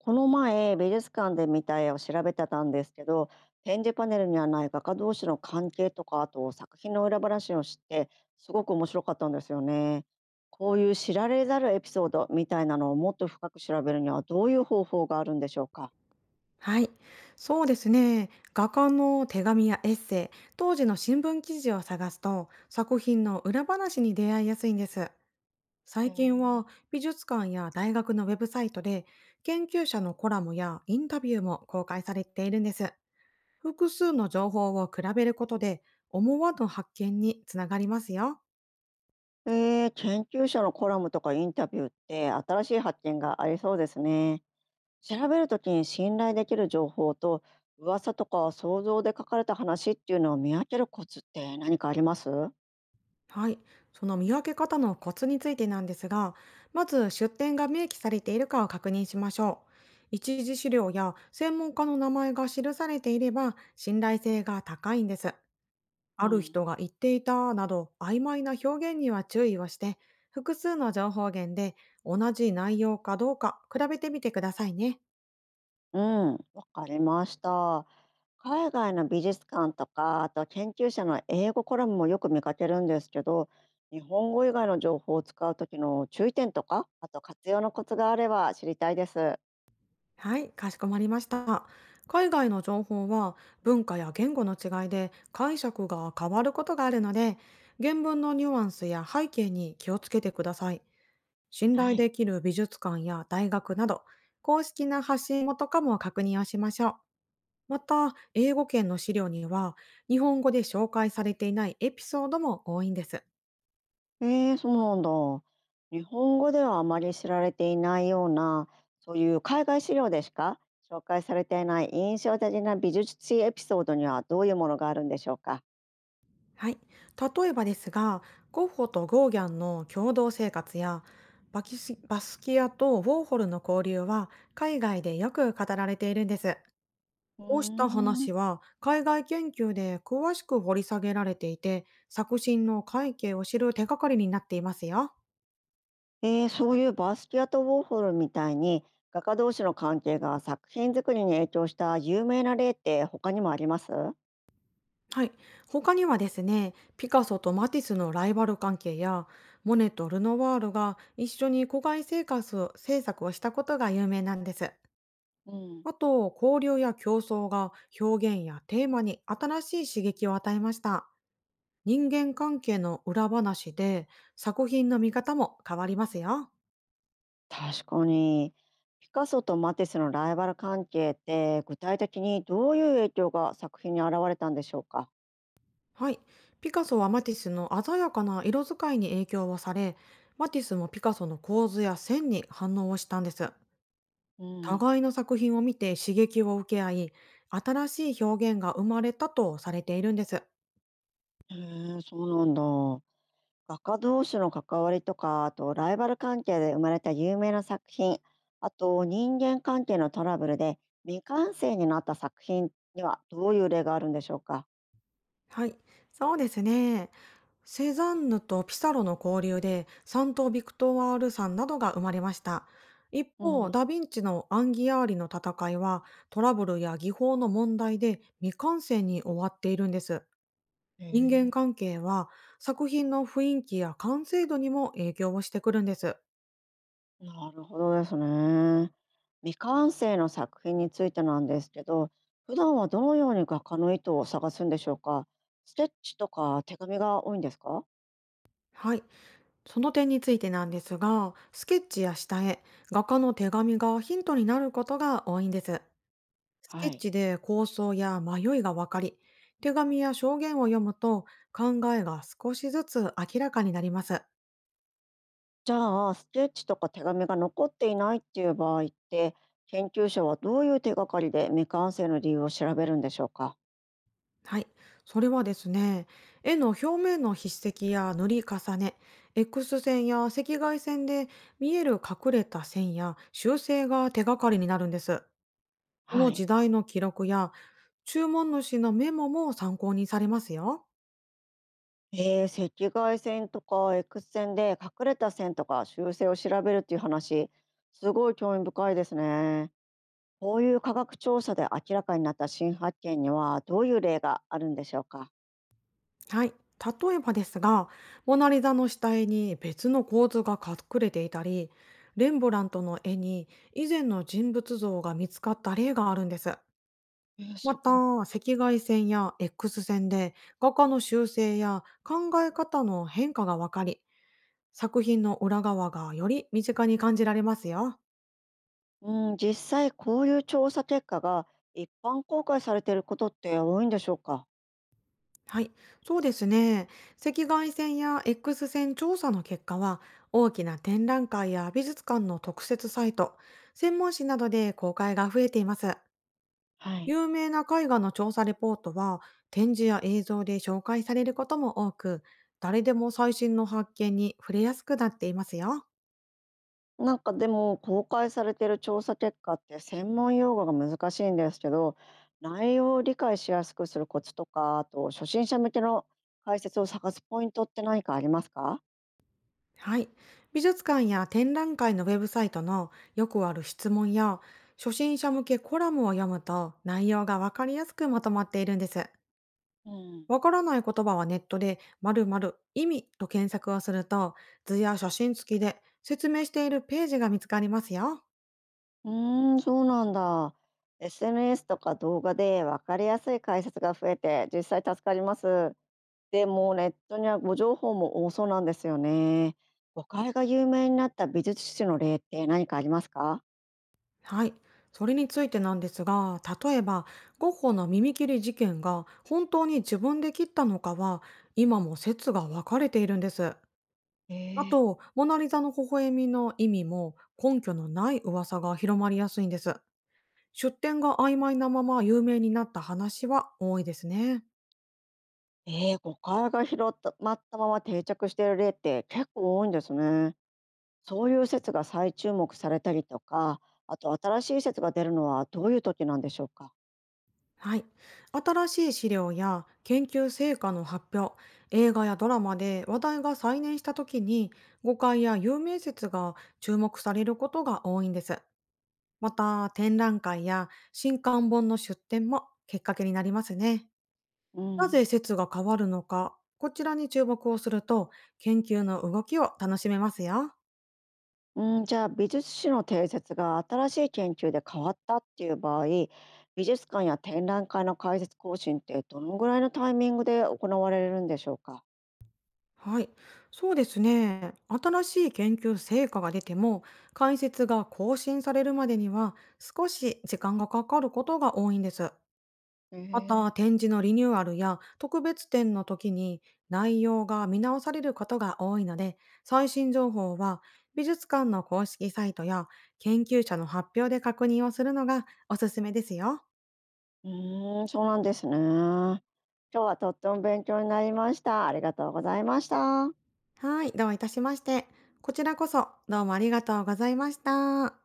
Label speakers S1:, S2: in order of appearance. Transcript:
S1: この前、美術館で見た絵を調べてたんですけど、展示パネルにはない画家同士の関係とか、あと作品の裏話を知って、すごく面白かったんですよね。こういう知られざるエピソードみたいなのをもっと深く調べるにはどういう方法があるんでしょうか。
S2: はい、そうですね。画家の手紙やエッセイ、当時の新聞記事を探すと、作品の裏話に出会いやすいんです。最近は美術館や大学のウェブサイトで研究者のコラムやインタビューも公開されているんです。複数の情報を比べることで思わぬ発見につながりますよ。
S1: 研究者のコラムとかインタビューって新しい発見がありそうですね。調べるときに信頼できる情報と噂とか想像で書かれた話っていうのを見分けるコツって何かあります？
S2: はい、その見分け方のコツについてなんですが、まず出典が明記されているかを確認しましょう。一次資料や専門家の名前が記されていれば信頼性が高いんです。
S1: う
S2: ある
S1: ん。
S2: 人が言っていたなど曖昧な表現には注意をして、複数の情報源で同じ内容かどうか比べてみてくださいね。
S1: うん、わかりました。海外の美術館とか、あと研究者の英語コラムもよく見かけるんですけど、日本語以外の情報を使う時の注意点とか、あと活用のコツがあれば知りたいです。
S2: はい、かしこまりました。海外の情報は文化や言語の違いで解釈が変わることがあるので、原文のニュアンスや背景に気をつけてください。信
S1: は
S2: 頼
S1: い。
S2: できる美術館や大学など、公式な発信元かも確認をしましょう。また、英語圏の資料には、日本語で紹介されていないエピソードも多いんです。
S1: そうなんだ。日本語ではあまり知られていないような、そういう海外資料でしか紹介されていない印象的な美術史エピソードにはどういうものがあるんでしょうか。
S2: はい。例えばですが、ゴッホとゴーギャンの共同生活や、バキスバスキアとウォーホルの交流は海外でよく語られているんです。
S1: う
S2: こうした
S1: ーん。
S2: 話は海外研究で詳しく掘り下げられていて、作品の背景を知る手がかりになっていますよ。
S1: そういうバスキアとウォーホルみたいに画家同士の関係が作品作りに影響した有名な例って他にもあります？
S2: はい。他にはですね、ピカソとマティスのライバル関係や、モネとルノワールが一緒に古外生活を制作をしたことが有名なんです。
S1: うん。
S2: あと、交流や競争が表現やテーマに新しい刺激を与えました。人間関係の裏話で作品の見方も変わりますよ。
S1: 確かにピカソとマティスのライバル関係って具体的にどういう影響が作品に現れたんでしょうか？
S2: はい。ピカソはマティスの鮮やかな色使いに影響をされ、マティスもピカソの構図や線に反応をしたんです。
S1: うん。
S2: 互いの作品を見て刺激を受け合い、新しい表現が生まれたとされているんです。
S1: へえ、そうなんだ。画家同士の関わりとか、あとライバル関係で生まれた有名な作品、あと人間関係のトラブルで未完成になった作品にはどういう例があるんでしょうか。
S2: はい、そうですね。セザンヌとピサロの交流で、サント・ビクトワール山などが生まれました。一
S1: う
S2: 方、
S1: ん。
S2: ダ・ヴィンチのアンギアーリの戦いは、トラブルや技法の問題で未完成に終わっているんです。人間
S1: え、
S2: 関係は、作品の雰囲気や完成度にも影響をしてくるんです。
S1: なるほどですね。未完成の作品についてなんですけど、普段はどのように画家の意図を探すんでしょうか。ステッチとか手紙が多いんですか？
S2: はい、その点についてなんですが、スケッチや下絵、画家の手紙がヒントになることが多いんです。スケ
S1: は
S2: ッ
S1: い。
S2: チで構想や迷いが分かり、手紙や証言を読むと考えが少しずつ明らかになります。
S1: じゃあスケッチとか手紙が残っていないっていう場合って研究者はどういう手がかりで未完成の理由を調べるんでしょうか？
S2: はい。それはですね、絵の表面の筆跡や塗り重ね、X 線や赤外線で見える隠れた線や修正が手がかりになるんです。こ
S1: は
S2: の
S1: い。
S2: 時代の記録や注文主のメモも参考にされますよ。
S1: 赤外線とか X 線で隠れた線とか修正を調べるっていう話、すごい興味深いですね。こういう科学調査で明らかになった新発見にはどういう例があるんでしょうか？
S2: はい。例えばですが、モナリザの下絵に別の構図が隠れていたり、レンブラントの絵に以前の人物像が見つかった例があるんです。ま
S1: すごい。
S2: た、赤外線や X 線で画家の修正や考え方の変化がわかり、作品の裏側がより身近に感じられますよ。
S1: うん、実際こういう調査結果が一般公開されていることって多いんでしょうか？
S2: はい、そうですね。赤外線や X 線調査の結果は、大きな展覧会や美術館の特設サイト、専門誌などで公開が増えています。
S1: はい。
S2: 有名な絵画の調査レポートは、展示や映像で紹介されることも多く、誰でも最新の発見に触れやすくなっていますよ。
S1: なんかでも、公開されてる調査結果って専門用語が難しいんですけど、内容を理解しやすくするコツとか、あと初心者向けの解説を探すポイントって何かありますか？
S2: はい。美術館や展覧会のウェブサイトのよくある質問や、初心者向けコラムを読むと内容がわかりやすくまとまっているんです。
S1: うん。
S2: わからない言葉はネットで〇〇意味と検索をすると図や写真付きで説明しているページが見つかりますよ。
S1: うーん、そうなんだ。SNS とか動画で分かりやすい解説が増えて実際助かります。でもネットには誤情報も多そうなんですよね。誤解が有名になった美術史の例って何かありますか？
S2: はい。それについてなんですが、例えばゴッホの耳切り事件が本当に自分で切ったのかは今も説が分かれているんです。
S1: え
S2: あ
S1: え。
S2: と、モナリザの微笑みの意味も根拠のない噂が広まりやすいんです。出典が曖昧なまま有名になった話は多いですね。
S1: ええ、誤解が広たまったまま定着している例って結構多いんですね。そういう説が再注目されたりとか、あと新しい説が出るのはどういう時なんでしょうか。
S2: はい。新しい資料や研究成果の発表、映画やドラマで話題が再燃した時に誤解や有名説が注目されることが多いんです。また、展覧会や新刊本の出展もきっかけになりますね。
S1: う
S2: なぜ
S1: ん。
S2: 説が変わるのか、こちらに注目をすると研究の動きを楽しめますよ。
S1: うん、じゃあ美術史の定説が新しい研究で変わったっていう場合、美術館や展覧会の開設更新ってどのぐらいのタイミングで行われるんでしょうか。
S2: はい、そうですね。新しい研究成果が出ても、解説が更新されるまでには少し時間がかかることが多いんです。ま
S1: え
S2: た、
S1: え。
S2: 展示のリニューアルや特別展の時に内容が見直されることが多いので、最新情報は美術館の公式サイトや研究者の発表で確認をするのがおすすめですよ。
S1: うーん、そうなんですね。今日はとっても勉強になりました。ありがとうございました。
S2: はい、どういたしまして。こちらこそどうもありがとうございました。